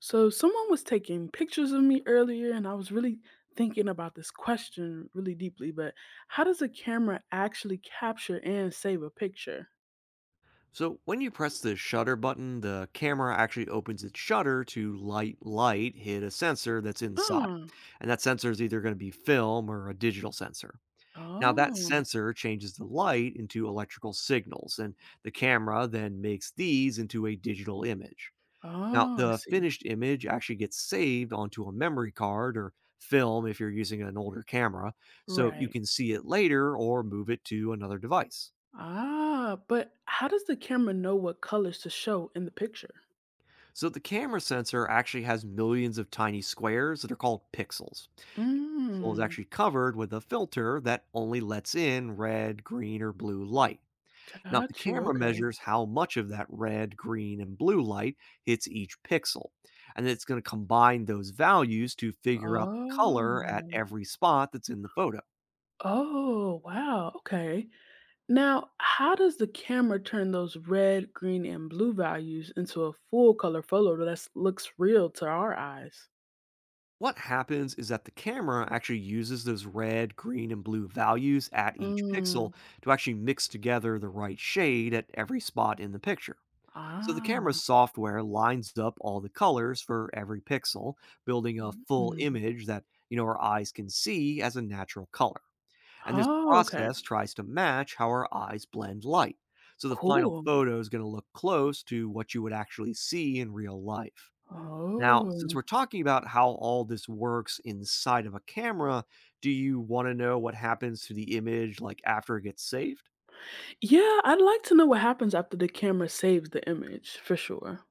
So someone was taking pictures of me earlier, and I was really thinking about this question really deeply. But how does a camera actually capture and save a picture? So when you press the shutter button, the camera actually opens its shutter to light hit a sensor that's inside. Oh, And that sensor is either going to be film or a digital sensor. Now that oh, sensor changes the light into electrical signals, and the camera then makes these into a digital image. Now oh, I the see. finished image actually gets saved onto a memory card or film if you're using an older camera, so you Right. can see it later or move it to another device. Ah, but how does the camera know what colors to show in the picture? So the camera sensor actually has millions of tiny squares that are called pixels. Pixel is Mm, actually covered with a filter that only lets in red, green, or blue light. Now the got you. camera Okay. measures how much of that red, green, and blue light hits each pixel, and it's going to combine those values to figure out the Oh. color at every spot that's in the photo. Oh, wow. Okay. Now, how does the camera turn those red, green, and blue values into a full color photo that looks real to our eyes? What happens is that the camera actually uses those red, green, and blue values at each pixel Mm. to actually mix together the right shade at every spot in the picture. So the camera's Ah. software lines up all the colors for every pixel, building a full Mhm. image that, you know, our eyes can see as a natural color. And this Oh, okay. process tries to match how our eyes blend light. So the final Cool. photo is going to look close to what you would actually see in real life. Now, since Oh. we're talking about how all this works inside of a camera, do you want to know what happens to the image, like, after it gets saved? Yeah, I'd like to know what happens after the camera saves the image for sure.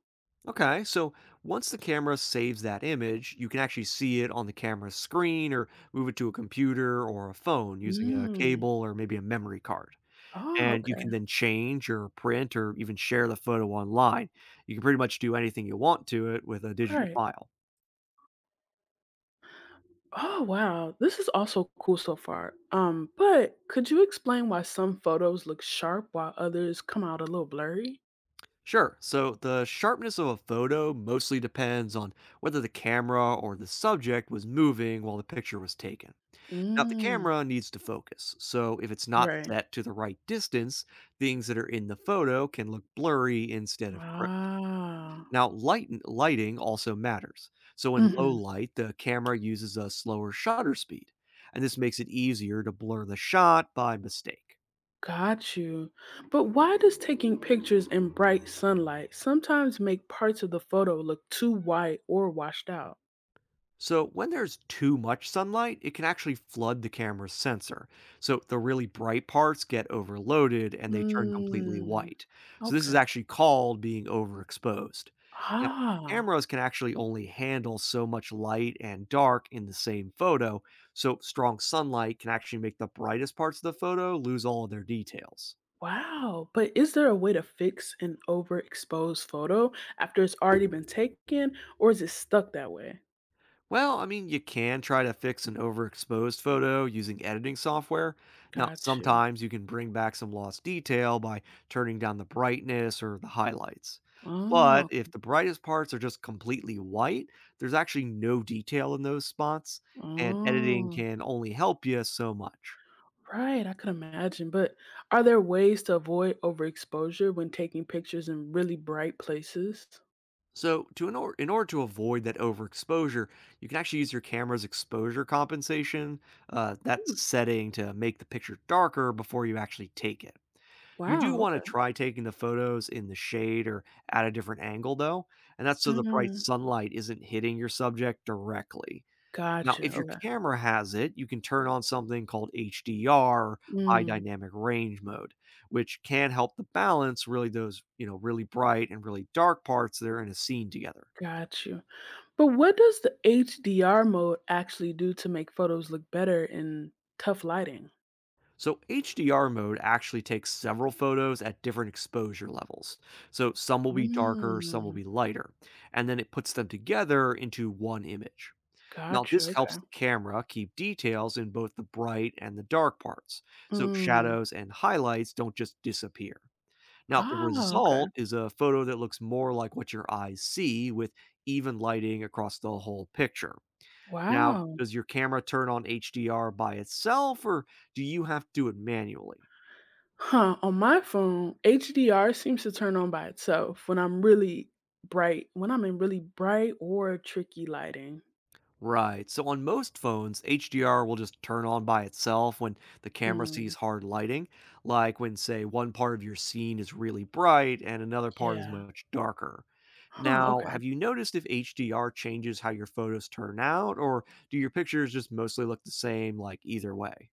Okay, so once the camera saves that image, you can actually see it on the camera's screen, or move it to a computer or a phone using a Mm. cable or maybe a memory card. Oh, And you can okay. then change or print or even share the photo online. You can pretty much do anything you want to it with a digital Right. file. Oh, wow. This is also cool so far. But could you explain why some photos look sharp while others come out a little blurry? Sure. So the sharpness of a photo mostly depends on whether the camera or the subject was moving while the picture was taken. Now, the Mm, camera needs to focus. So if it's not right. set to the right distance, things that are in the photo can look blurry instead of crisp. Ah. Now, lighting also matters. So Mm. in low Mhm. light, the camera uses a slower shutter speed, and this makes it easier to blur the shot by mistake. Got you. But why does taking pictures in bright sunlight sometimes make parts of the photo look too white or washed out? So, when there's too much sunlight, it can actually flood the camera's sensor. So, the really bright parts get overloaded and they turn completely Mm. white. So, this is Okay. actually called being overexposed. Now, Ah. cameras can actually only handle so much light and dark in the same photo. So, strong sunlight can actually make the brightest parts of the photo lose all of their details. Wow. But is there a way to fix an overexposed photo after it's already been taken, or is it stuck that way? Well, I mean, you can try to fix an overexposed photo using editing software. Now, Got you. sometimes you can bring back some lost detail by turning down the brightness or the highlights. But Oh. if the brightest parts are just completely white, there's actually no detail in those spots, and editing Oh. can only help you so much. Right, I could imagine. But are there ways to avoid overexposure when taking pictures in really bright places? So, in order to avoid that overexposure, you can actually use your camera's exposure compensation. That's a Hmm, setting to make the picture darker before you actually take it. You do wow, wanna okay. try taking the photos in the shade or at a different angle, though, and that's so the bright Mm, sunlight isn't hitting your subject directly. Now, gotcha. if your Okay. camera has it, you can turn on something called HDR, or high Mm, dynamic range mode, which can help to balance really those, you know, really bright and really dark parts that are in a scene together. got you. But what does the HDR mode actually do to make photos look better in tough lighting? So, HDR mode actually takes several photos at different exposure levels. So, some will be darker, some will be Mm, lighter, and then it puts them together into one image. Now, got this you. helps Okay. the camera keep details in both the bright and the dark parts, so Mm. shadows and highlights don't just disappear. Now, the Ah, okay. result is a photo that looks more like what your eyes see, with even lighting across the whole picture. Now, Wow. does your camera turn on HDR by itself, or do you have to do it manually? Huh, on my phone, HDR seems to turn on by itself when I'm in really bright or tricky lighting. Right. So on most phones, HDR will just turn on by itself when the camera Mm, sees hard lighting, like when, say, one part of your scene is really bright and another part is yeah. much darker. Huh, Now, have okay. you noticed if HDR changes how your photos turn out, or do your pictures just mostly look the same, like, either way?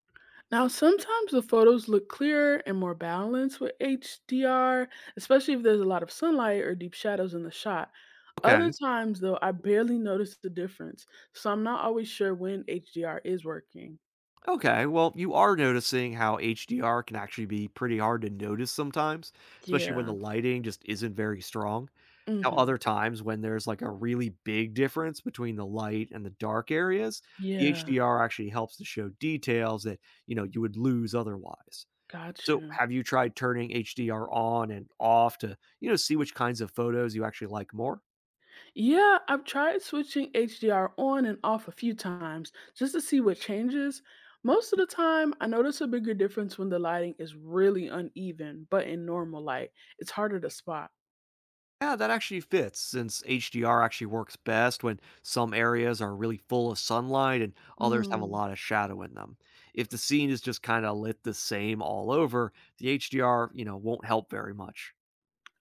Now, sometimes the photos look clearer and more balanced with HDR, especially if there's a lot of sunlight or deep shadows in the shot. Okay. Other times, though, I barely notice the difference, so I'm not always sure when HDR is working. Okay. Well, you are noticing how HDR can actually be pretty hard to notice sometimes, especially when the Yeah. lighting just isn't very strong. Now, other Hmm. times when there's, like, a really big difference between the light and the dark areas, the Yeah. HDR actually helps to show details that, you know, you would lose otherwise. Got So, you. have you tried turning HDR on and off to, you know, see which kinds of photos you actually like more? Yeah, I've tried switching HDR on and off a few times just to see what changes. Most of the time, I notice a bigger difference when the lighting is really uneven, but in normal light, it's harder to spot. Yeah, that actually fits, since HDR actually works best when some areas are really full of sunlight and others have a Hmm. lot of shadow in them. If the scene is just kinda lit the same all over, the HDR, you know, won't help very much.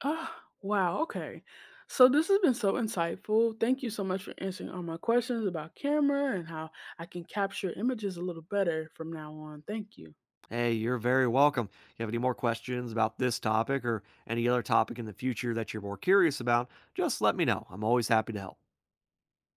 Oh, wow. Okay. So this has been so insightful. Thank you so much for answering all my questions about camera and how I can capture images a little better from now on. Thank you. Hey, you're very welcome. If you have any more questions about this topic or any other topic in the future that you're more curious about, just let me know. I'm always happy to help.